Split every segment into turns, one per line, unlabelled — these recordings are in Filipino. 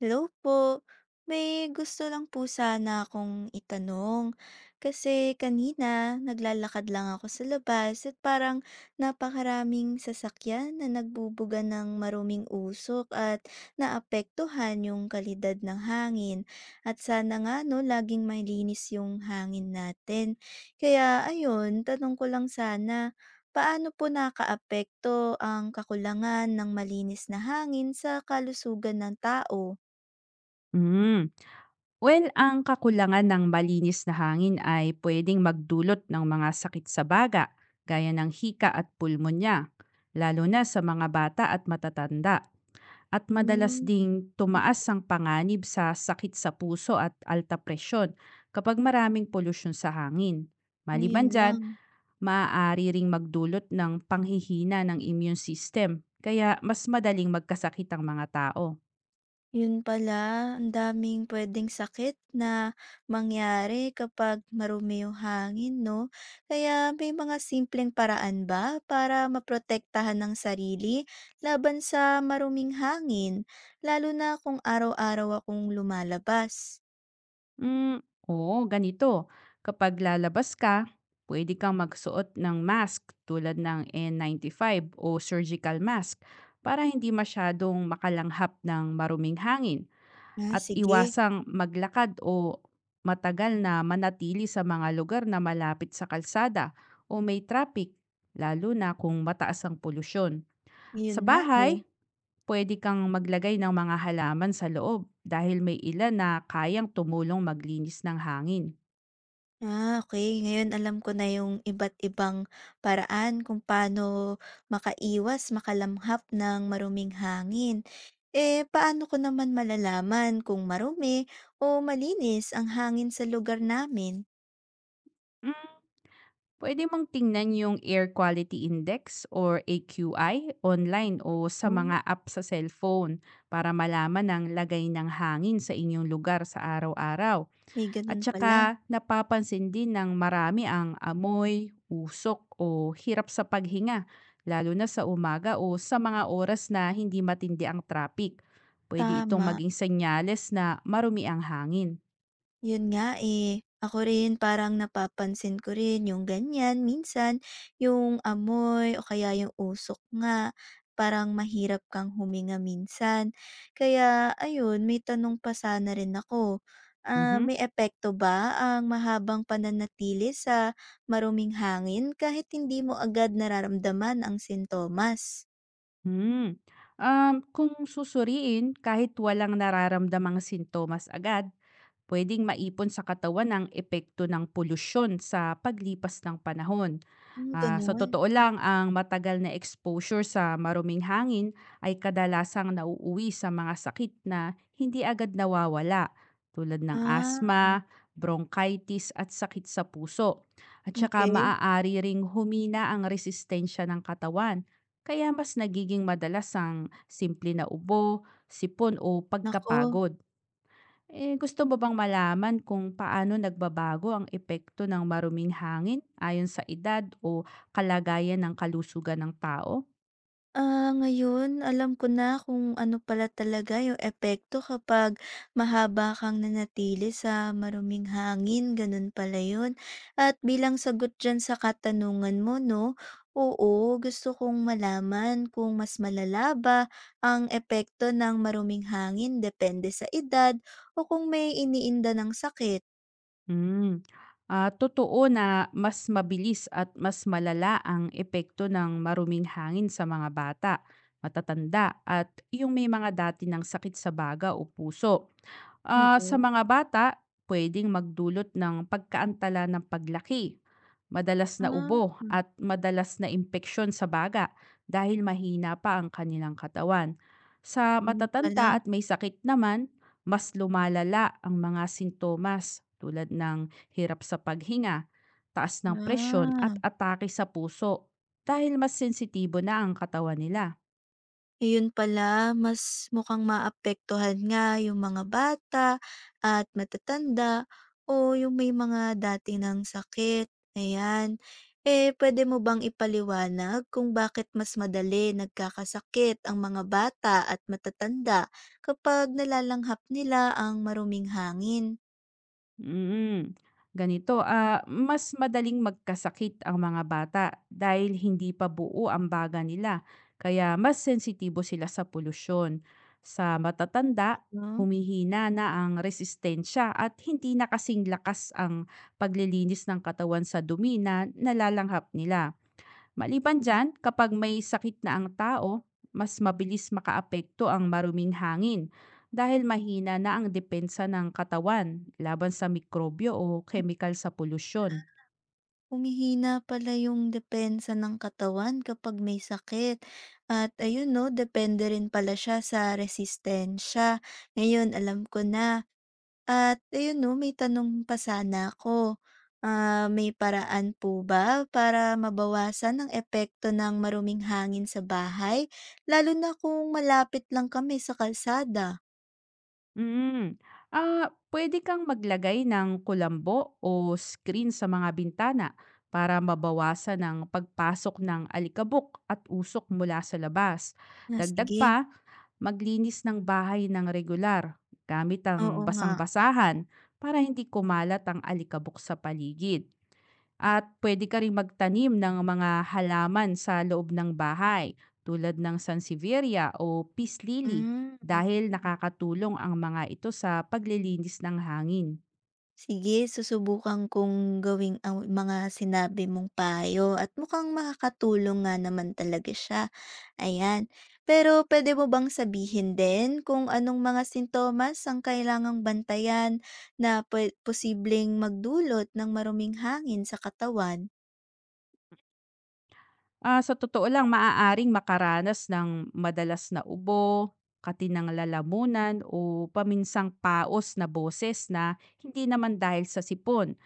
Hello po. May gusto lang po sana akong itanong. Kasi kanina naglalakad lang ako sa labas at parang napakaraming sasakyan na nagbubuga ng maruming usok at naapektuhan yung kalidad ng hangin. At sana nga no, laging malinis yung hangin natin. Kaya ayun, tanong ko lang sana, paano po nakaapekto ang kakulangan ng malinis na hangin sa kalusugan ng tao?
Hmm. Well, ang kakulangan ng malinis na hangin ay pwedeng magdulot ng mga sakit sa baga, gaya ng hika at pulmonya, lalo na sa mga bata at matatanda. At madalas
Hmm,
ding
ak
tumaas ang panganib sa sakit sa puso at alta presyon kapag maraming polusyon sa hangin.
yun
Maliban dyan,
lang.
maaari ring magdulot ng panghihina ng immune system, kaya mas madaling magkasakit ang mga tao.
Yun pala, ang daming puwedeng sakit na mangyari kapag marumi yung hangin 'no? Kaya may mga simpleng paraan ba para maprotektahan ang sarili laban sa maruming hangin, lalo na kung araw-araw akong lumalabas?
Hmm, oo, ganito. Kapag lalabas ka, pwede kang magsuot ng mask tulad ng N95 o surgical mask para hindi masyadong makalanghap ng maruming hangin
Ah,
at
sige,
iwasang maglakad o matagal na manatili sa mga lugar na malapit sa kalsada o may traffic, lalo na kung mataas ang polusyon.
yun
Sa
nga, eh.
bahay, pwede kang maglagay ng mga halaman sa loob dahil may ilan na kayang tumulong maglinis ng hangin.
Ah, okay. Ngayon alam ko na yung iba't ibang paraan kung paano makaiwas, makalamhap ng maruming hangin. Eh, paano ko naman malalaman kung marumi o malinis ang hangin sa lugar namin?
Mm, Pwede mong tingnan yung Air Quality Index or AQI online o sa
Oh,
mga app sa cellphone para malaman ang lagay ng hangin sa inyong lugar sa araw-araw.
may ganun
At
pala,
saka napapansin din ng marami ang amoy, usok o hirap sa paghinga, lalo na sa umaga o sa mga oras na hindi matindi ang traffic. Pwede itong
tama.
maging senyales na marumi ang hangin.
Yun nga, eh. Ako rin parang napapansin ko rin yung ganyan minsan, yung amoy o kaya yung usok nga, parang mahirap kang huminga minsan. Kaya ayun, may tanong pa sana rin ako. Ah,
Mhm.
may epekto ba ang mahabang pananatili sa maruming hangin kahit hindi mo agad nararamdaman ang sintomas?
Hmm. Kung susuriin, kahit walang nararamdamang sintomas agad, pwedeng maipon sa katawan ang epekto ng polusyon sa paglipas ng panahon.
Hmm,
Ah, sa
ganun.
totoo lang, ang matagal na exposure sa maruming hangin ay kadalasang nauuwi sa mga sakit na hindi agad nawawala tulad ng
Ah,
asthma, bronchitis at sakit sa puso. At saka
okey.
maaari ring humina ang resistensya ng katawan kaya mas nagiging madalas ang simple na ubo, sipon o
Naku.
pagkapagod. Eh, gusto mo bang malaman kung paano nagbabago ang epekto ng maruming hangin ayon sa edad o kalagayan ng kalusugan ng tao?
Ah, ngayon alam ko na kung ano pala talaga yung epekto kapag mahaba kang nanatili sa maruming hangin, ganun pala yun. At bilang sagot diyan sa katanungan mo 'no, oo, gusto kong malaman kung mas malala ba ang epekto ng maruming hangin depende sa edad o kung may iniinda ng sakit?
Hmm. Ah, totoo na mas mabilis at mas malala ang epekto ng maruming hangin sa mga bata, matatanda at yung may mga dati ng sakit sa baga o puso. Ah, sa
Oo.
mga bata, pwedeng magdulot ng pagkaantala ng paglaki, madalas na
Ah,
ubo at madalas na impeksyon sa baga dahil mahina pa ang kanilang katawan. Sa
Ah, yun
matatanda
pala.
at may sakit naman, mas lumalala ang mga sintomas tulad ng hirap sa paghinga, taas ng presyon at
Ah.
atake sa puso dahil mas sensitibo na ang katawan nila.
Ayun pala, mas mukhang maapektuhan nga yung mga bata at matatanda o yung may mga dati ng sakit. Ayan. Eh, pwede mo bang ipaliwanag kung bakit mas madali nagkakasakit ang mga bata at matatanda kapag nalalanghap nila ang maruming hangin?
Mm, ganito, mas madaling magkasakit ang mga bata dahil hindi pa buo ang baga nila, kaya mas sensitibo sila sa polusyon. Sa matatanda,
No?
humihina na ang resistensya at hindi na kasing lakas ang paglilinis ng katawan sa dumi na nalalanghap nila. Maliban dyan, kapag may sakit na ang tao, mas mabilis makaapekto ang maruming hangin dahil mahina na ang depensa ng katawan laban sa mikrobyo o chemical sa polusyon.
Humihina pala yung depensa ng katawan kapag may sakit at ayun 'no, depende rin pala siya sa resistensya. Ngayon alam ko na at ayun 'no, may tanong pa sana ako. Ah, may paraan po ba para mabawasan ang epekto ng maruming hangin sa bahay, lalo na kung malapit lang kami sa kalsada?
Mm. Ah, pwede kang maglagay ng kulambo o screen sa mga bintana para mabawasan ang pagpasok ng alikabok at usok mula sa labas.
Ah,
Dagdag
sige.
pa, maglinis ng bahay ng regular gamit ang
Oo nga.
basang-basahan para hindi kumalat ang alikabok sa paligid. At pwede ka ring magtanim ng mga halaman sa loob ng bahay tulad ng sansevieria o peace lily
Hmm.
dahil nakakatulong ang mga ito sa paglilinis ng hangin.
Sige, susubukan kong gawing ang mga sinabi mong payo at mukhang makakatulong nga naman talaga siya. Ayan. Pero pwede mo bang sabihin din kung anong mga sintomas ang kailangang bantayan na posibleng magdulot ng maruming hangin sa katawan?
Ah, sa totoo lang, maaaring makaranas ng madalas na ubo, katinang lalamunan o paminsang paos na boses na hindi naman dahil sa sipon.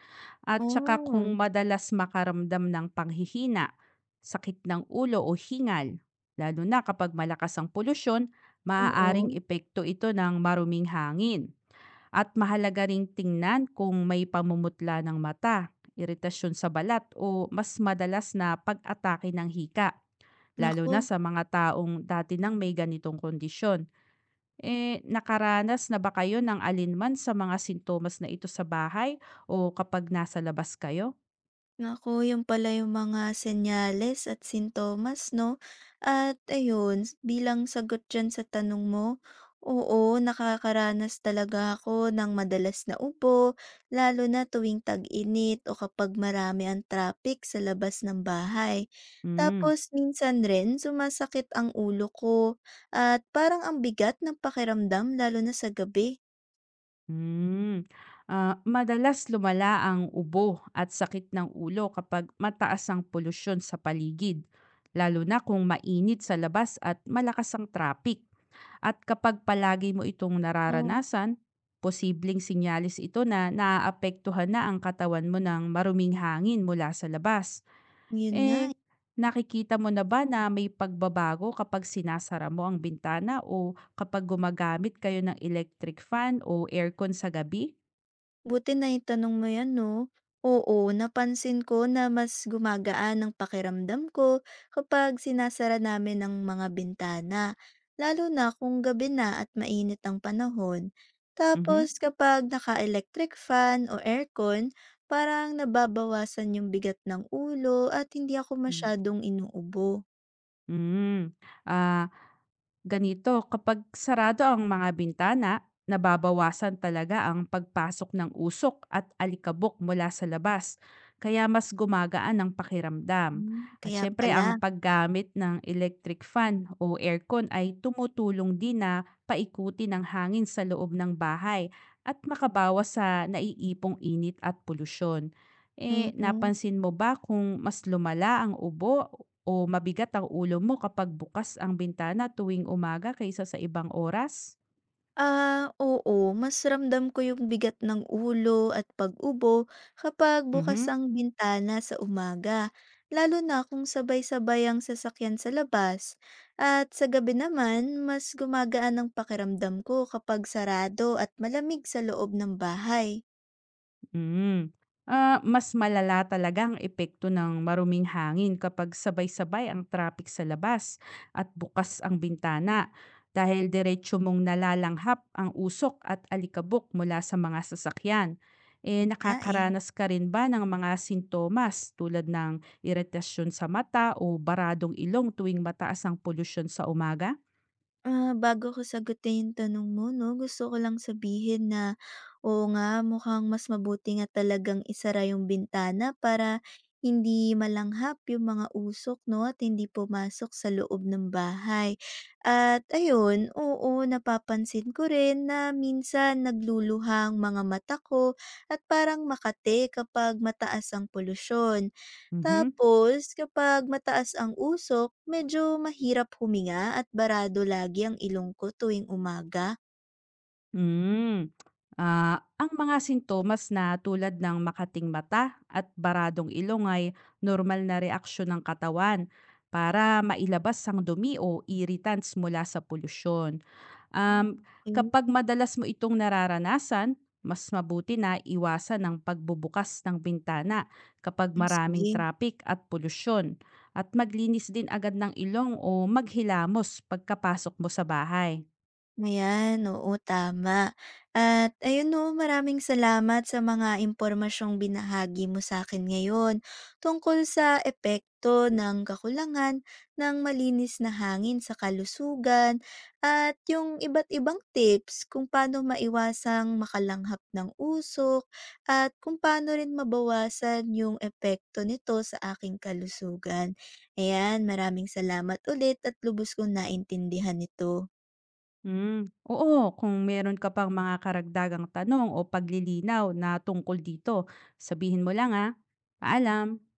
At saka kung
Oh,
madalas makaramdam ng panghihina, sakit ng ulo o hingal, lalo na kapag malakas ang polusyon,
oo.
maaaring epekto ito ng maruming hangin. At mahalaga ring tingnan kung may pamumutla ng mata, iritasyon sa balat o mas madalas na pag-atake ng hika, lalo na
Naku.
sa mga taong dati nang may ganitong kondisyon. Eh, nakaranas na ba kayo ng alinman sa mga sintomas na ito sa bahay o kapag nasa labas kayo?
Naku, yun pala yung mga senyales at sintomas 'no? At ayun, bilang sagot diyan sa tanong mo, oo, nakakaranas talaga ako ng madalas na ubo, lalo na tuwing tag-init o kapag marami ang traffic sa labas ng bahay.
Hmm,
Tapos minsan rin sumasakit ang ulo ko at parang ang bigat ng pakiramdam lalo na sa gabi.
hmm. Ah, madalas lumala ang ubo at sakit ng ulo kapag mataas ang polusyon sa paligid, lalo na kung mainit sa labas at malakas ang traffic. At kapag palagi mo itong
Oh,
nararanasan, posibleng sinyalis ito na naaapektuhan na ang katawan mo ng maruming hangin mula sa labas.
yun nga
Eh,
eh.
nakikita mo na ba na may pagbabago kapag sinasara mo ang bintana o kapag gumagamit kayo ng electric fan o aircon sa gabi?
Buti naitanong mo 'yan 'no. Oo, napansin ko na mas gumagaan ang pakiramdam ko kapag sinasara namin ang mga bintana, lalo na kung gabi na at mainit ang panahon.
Mhm.
Tapos kapag naka-electric fan o aircon, parang nababawasan yung bigat ng ulo at hindi ako
Hmm,
masyadong inuubo.
hmm. Ah, ganito, kapag sarado ang mga bintana, nababawasan talaga ang pagpasok ng usok at alikabok mula sa labas, kaya mas gumagaan ang pakiramdam.
Hmm,
At
kaya
syempre,
pala.
ang paggamit ng electric fan o aircon ay tumutulong din na paikutin ng hangin sa loob ng bahay at makabawas sa naiipong init at polusyon. Eh,
Mm.
napansin mo ba kung mas lumala ang ubo o mabigat ang ulo mo kapag bukas ang bintana tuwing umaga kaysa sa ibang oras?
Ah, oo. Mas ramdam ko yung bigat ng ulo at pag-ubo kapag bukas
Mhm,
ang bintana sa umaga, lalo na kung sabay-sabay ang sasakyan sa labas. At sa gabi naman, mas gumagaan ang pakiramdam ko kapag sarado at malamig sa loob ng bahay.
hmm. Ah, mas malala talaga ang epekto ng maruming hangin kapag sabay-sabay ang traffic sa labas at bukas ang bintana dahil diretso mong nalalanghap ang usok at alikabok mula sa mga sasakyan. Eh,
Yun nga eh.
nakakaranas ka rin ba ng mga sintomas tulad ng iritasyon sa mata o baradong ilong tuwing mataas ang polusyon sa umaga?
Ah, bago ko sagutin yung tanong mo 'no, gusto ko lang sabihin na, oo nga mukhang mas mabuti nga talagang isara yung bintana para hindi malanghap yung mga usok 'no, at hindi pumasok sa loob ng bahay. At ayun, oo, napapansin ko rin na minsan nagluluhang mga mata ko at parang makate kapag mataas ang polusyon.
Mhm,
Tapos kapag mataas ang usok, medyo mahirap huminga at barado lagi ang ilong ko tuwing umaga.
hmm. Ah, ang mga sintomas na tulad ng makating mata at baradong ilong ay normal na reaksyon ng katawan para mailabas ang dumi o irritants mula sa polusyon.
Hmm,
Um,
okey.
Kapag madalas mo itong nararanasan, mas mabuti na iwasan ang pagbubukas ng bintana kapag
Ay
maraming
sige.
traffic at polusyon at maglinis din agad ng ilong o maghilamos pagkapasok mo sa bahay.
Ayan, oo tama. At ayun 'no, maraming salamat sa mga impormasyong binahagi mo sa akin ngayon tungkol sa epekto ng kakulangan ng malinis na hangin sa kalusugan at yung iba't ibang tips kung paano maiwasang makalanghap ng usok at kung paano rin mabawasan yung epekto nito sa aking kalusugan. Ayan, maraming salamat ulit at lubos kong naintindihan ito.
Hmm, oo kung meron ka pang mga karagdagang tanong o paglilinaw na tungkol dito, sabihin mo lang, ah. Paalam.